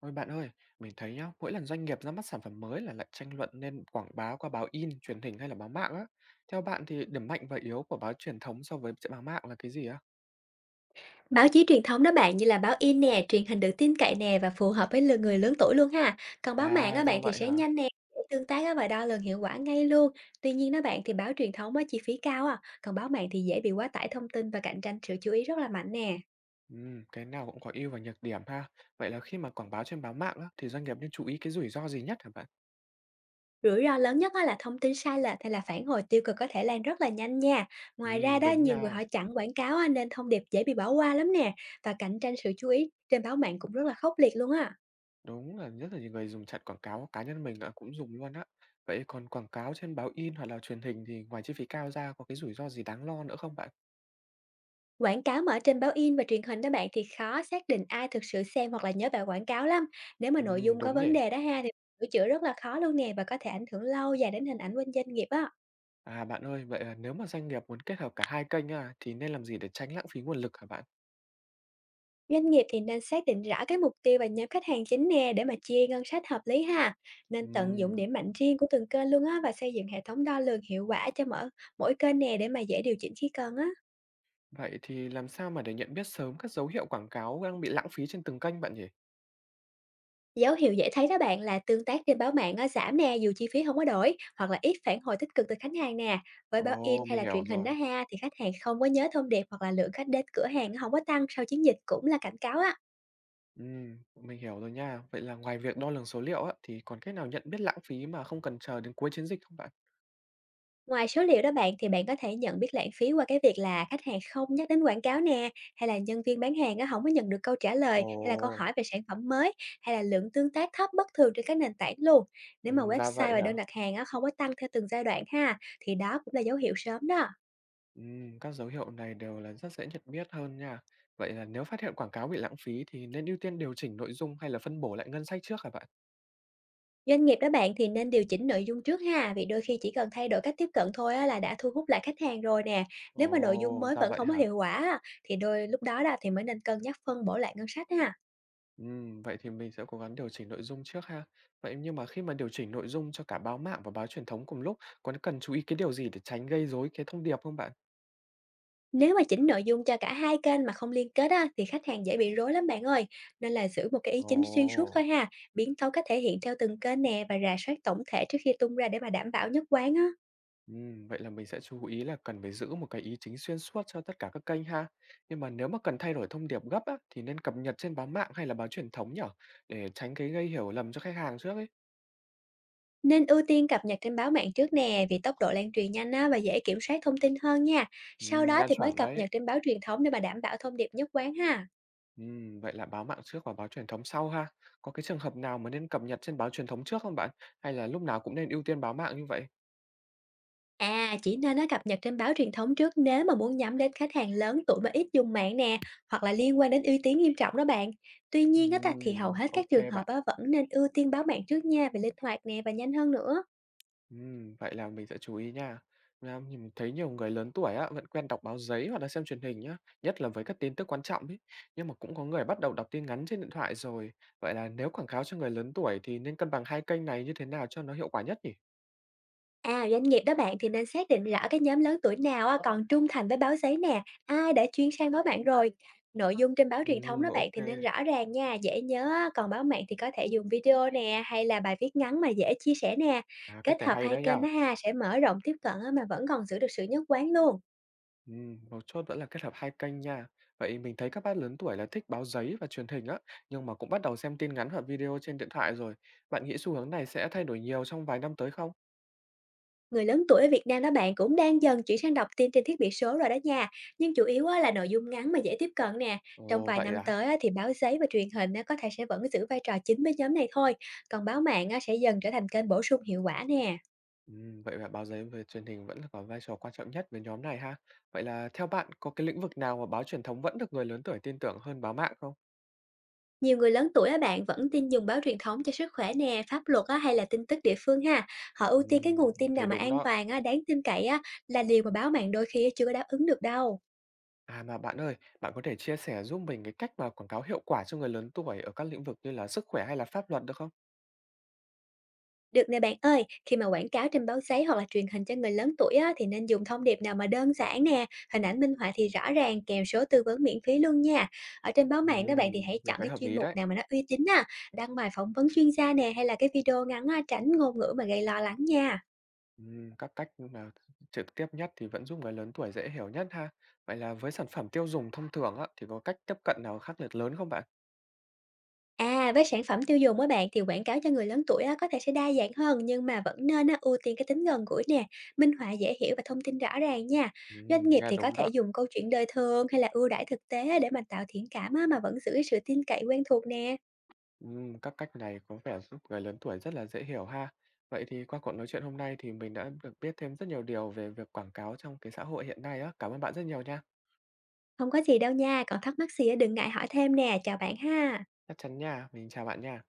Ôi bạn ơi, mình thấy nhá, mỗi lần doanh nghiệp ra mắt sản phẩm mới là lại tranh luận nên quảng bá qua báo in, truyền hình hay là báo mạng á. Theo bạn thì điểm mạnh và yếu của báo truyền thống so với báo mạng là cái gì á? Báo chí truyền thống đó bạn như là báo in nè, truyền hình được tin cậy nè và phù hợp với lứa người lớn tuổi luôn ha. Còn báo mạng À, á ra bạn thì vậy sẽ hả? nhanh nè, dễ tương tác á và đo lường hiệu quả ngay luôn. Tuy nhiên đó bạn thì báo truyền thống á chi phí cao à, còn báo mạng thì dễ bị quá tải thông tin và cạnh tranh sự chú ý rất là mạnh nè. Cái nào cũng có ưu và nhược điểm ha. Vậy là khi mà quảng báo trên báo mạng á, thì doanh nghiệp nên chú ý cái rủi ro gì nhất hả bạn? Rủi ro lớn nhất á là thông tin sai lệch hay là phản hồi tiêu cực có thể lan rất là nhanh nha. Ngoài ra đó, Đúng nhiều người nha. họ chặn quảng cáo á, nên thông điệp dễ bị bỏ qua lắm nè, và cạnh tranh sự chú ý trên báo mạng cũng rất là khốc liệt luôn á. Đúng là nhất là những người dùng chặn quảng cáo, cá nhân mình à, cũng dùng luôn á. Vậy còn quảng cáo trên báo in hoặc là truyền hình thì ngoài chi phí cao ra có cái rủi ro gì đáng lo nữa không bạn? Quảng cáo mà ở trên báo in và truyền hình đó bạn thì khó xác định ai thực sự xem hoặc là nhớ bài quảng cáo lắm. Nếu mà nội dung có Đúng vấn nhỉ. đề đó ha thì sửa chữa rất là khó luôn nè, và có thể ảnh hưởng lâu dài đến hình ảnh của doanh nghiệp á. À, bạn ơi, vậy là nếu mà doanh nghiệp muốn kết hợp cả hai kênh à thì nên làm gì để tránh lãng phí nguồn lực hả bạn? Doanh nghiệp thì nên xác định rõ cái mục tiêu và nhóm khách hàng chính nè để mà chia ngân sách hợp lý ha. Nên tận dụng Ừm, điểm mạnh riêng của từng kênh luôn á và xây dựng hệ thống đo lường hiệu quả cho mỗi mỗi kênh nè để mà dễ điều chỉnh khi cần á. Vậy thì làm sao mà để nhận biết sớm các dấu hiệu quảng cáo đang bị lãng phí trên từng kênh bạn nhỉ? Dấu hiệu dễ thấy đó bạn là tương tác trên báo mạng á, giảm nè dù chi phí không có đổi hoặc là ít phản hồi tích cực từ khách hàng nè. Với báo in Ồ, hay mình là truyền hiểu hình rồi. đó ha thì khách hàng không có nhớ thông điệp, hoặc là lượng khách đến cửa hàng nó không có tăng sau chiến dịch cũng là cảnh cáo á. Mình hiểu rồi nha. Vậy là ngoài việc đo lường số liệu á, thì còn cách nào nhận biết lãng phí mà không cần chờ đến cuối chiến dịch không bạn? Ngoài số liệu đó bạn thì bạn có thể nhận biết lãng phí qua cái việc là khách hàng không nhắc đến quảng cáo nè, hay là nhân viên bán hàng á, không có nhận được câu trả lời Ồ, hay là câu hỏi về sản phẩm mới, hay là lượng tương tác thấp bất thường trên các nền tảng luôn. Nếu mà ra website vậy và hả? đơn đặt hàng á, không có tăng theo từng giai đoạn ha thì đó cũng là dấu hiệu sớm đó. Các dấu hiệu này đều là rất dễ nhận biết hơn nha. Vậy là nếu phát hiện quảng cáo bị lãng phí thì nên ưu tiên điều chỉnh nội dung hay là phân bổ lại ngân sách trước hả bạn? Doanh nghiệp đó bạn thì nên điều chỉnh nội dung trước ha, vì đôi khi chỉ cần thay đổi cách tiếp cận thôi á là đã thu hút lại khách hàng rồi nè. Nếu mà nội dung Ồ, mới ra vẫn vậy không có hả? hiệu quả á, thì đôi lúc đó đó thì mới nên cân nhắc phân bổ lại ngân sách ha. Vậy thì mình sẽ cố gắng điều chỉnh nội dung trước ha. Vậy nhưng mà khi mà điều chỉnh nội dung cho cả báo mạng và báo truyền thống cùng lúc, có cần chú ý cái điều gì để tránh gây rối cái thông điệp không bạn? Nếu mà chỉnh nội dung cho cả hai kênh mà không liên kết á, thì khách hàng dễ bị rối lắm bạn ơi. Nên là giữ một cái ý Ồ, chính xuyên suốt thôi ha, biến tấu cách thể hiện theo từng kênh nè, và rà soát tổng thể trước khi tung ra để mà đảm bảo nhất quán á. Vậy là mình sẽ chú ý là cần phải giữ một cái ý chính xuyên suốt cho tất cả các kênh ha. Nhưng mà nếu mà cần thay đổi thông điệp gấp á, thì nên cập nhật trên báo mạng hay là báo truyền thống nhở? Để tránh cái gây hiểu lầm cho khách hàng trước ấy. Nên ưu tiên cập nhật trên báo mạng trước nè, vì tốc độ lan truyền nhanh á, và dễ kiểm soát thông tin hơn nha. Sau đó Gan thì mới chuẩn cập đấy. nhật trên báo truyền thống để mà đảm bảo thông điệp nhất quán ha. Vậy là báo mạng trước và báo truyền thống sau ha. Có cái trường hợp nào mà nên cập nhật trên báo truyền thống trước không bạn? Hay là lúc nào cũng nên ưu tiên báo mạng như vậy? À, chỉ nên nó cập nhật trên báo truyền thống trước nếu mà muốn nhắm đến khách hàng lớn tuổi mà ít dùng mạng nè, hoặc là liên quan đến uy tín nghiêm trọng đó bạn. Tuy nhiên á, ta thì hầu hết các Ok trường hợp bạn. á, vẫn nên ưu tiên báo mạng trước nha, vì linh hoạt nè và nhanh hơn nữa. Vậy là mình sẽ chú ý nha. Nha, mình thấy nhiều người lớn tuổi á, vẫn quen đọc báo giấy hoặc là xem truyền hình nhá, nhất là với các tin tức quan trọng ấy. Nhưng mà cũng có người bắt đầu đọc tin ngắn trên điện thoại rồi. Vậy là nếu quảng cáo cho người lớn tuổi thì nên cân bằng hai kênh này như thế nào cho nó hiệu quả nhất nhỉ? À, doanh nghiệp đó bạn thì nên xác định rõ cái nhóm lớn tuổi nào á, còn trung thành với báo giấy nè, ai đã chuyển sang báo mạng rồi. Nội dung trên báo truyền thống đó bạn Ok. thì nên rõ ràng nha, dễ nhớ, á, còn báo mạng thì có thể dùng video nè hay là bài viết ngắn mà dễ chia sẻ nè. À, cách Kết này hợp hay hai đấy nhá. kênh đó ha sẽ mở rộng tiếp cận á, mà vẫn còn giữ được sự nhất quán luôn. Mấu chốt vẫn là kết hợp hai kênh nha. Vậy mình thấy các bác lớn tuổi là thích báo giấy và truyền hình á, nhưng mà cũng bắt đầu xem tin ngắn và video trên điện thoại rồi. Bạn nghĩ xu hướng này sẽ thay đổi nhiều trong vài năm tới không? Người lớn tuổi ở Việt Nam đó bạn cũng đang dần chuyển sang đọc tin trên thiết bị số rồi đó nha, nhưng chủ yếu á là nội dung ngắn mà dễ tiếp cận nè. Trong Ồ, vài vậy năm à? tới á thì báo giấy và truyền hình á có thể sẽ vẫn giữ vai trò chính với nhóm này thôi, còn báo mạng á sẽ dần trở thành kênh bổ sung hiệu quả nè. Vậy là báo giấy và truyền hình vẫn là có vai trò quan trọng nhất với nhóm này ha. Vậy là theo bạn có cái lĩnh vực nào mà báo truyền thống vẫn được người lớn tuổi tin tưởng hơn báo mạng không? Nhiều người lớn tuổi á bạn vẫn tin dùng báo truyền thống cho sức khỏe nè, pháp luật á hay là tin tức địa phương ha. Họ ưu tiên cái Ừm, nguồn tin nào thấy mà đúng an đó. toàn á, đáng tin cậy á là điều mà báo mạng đôi khi chưa có đáp ứng được đâu. À mà bạn ơi, bạn có thể chia sẻ giúp mình cái cách mà quảng cáo hiệu quả cho người lớn tuổi ở các lĩnh vực như là sức khỏe hay là pháp luật được không? Được nè bạn ơi, khi mà quảng cáo trên báo giấy hoặc là truyền hình cho người lớn tuổi á, thì nên dùng thông điệp nào mà đơn giản nè, hình ảnh minh họa thì rõ ràng, kèm số tư vấn miễn phí luôn nha. Ở trên báo mạng đó bạn thì hãy Mình chọn thấy cái hợp chuyên lý mục đấy. nào mà nó uy tín á, đăng bài phỏng vấn chuyên gia nè hay là cái video ngắn á, tránh ngôn ngữ mà gây lo lắng nha. Các cách mà trực tiếp nhất thì vẫn giúp người lớn tuổi dễ hiểu nhất ha. Vậy là với sản phẩm tiêu dùng thông thường á, thì có cách tiếp cận nào khác biệt lớn không bạn? À, với sản phẩm tiêu dùng á bạn thì quảng cáo cho người lớn tuổi á, có thể sẽ đa dạng hơn nhưng mà vẫn nên á, ưu tiên cái tính gần gũi nè, minh họa dễ hiểu và thông tin rõ ràng nha. Doanh nghiệp Nghe thì có đúng thể đó. dùng câu chuyện đời thường hay là ưu đãi thực tế á, để mà tạo thiện cảm á, mà vẫn giữ cái sự tin cậy quen thuộc nè. Các cách này có vẻ giúp người lớn tuổi rất là dễ hiểu ha. Vậy thì qua cuộc nói chuyện hôm nay thì mình đã được biết thêm rất nhiều điều về việc quảng cáo trong cái xã hội hiện nay á. Cảm ơn bạn rất nhiều nha. Không có gì đâu nha, còn thắc mắc gì á, đừng ngại hỏi thêm nè, chào bạn ha. Chắc chắn nha. Mình chào bạn nha.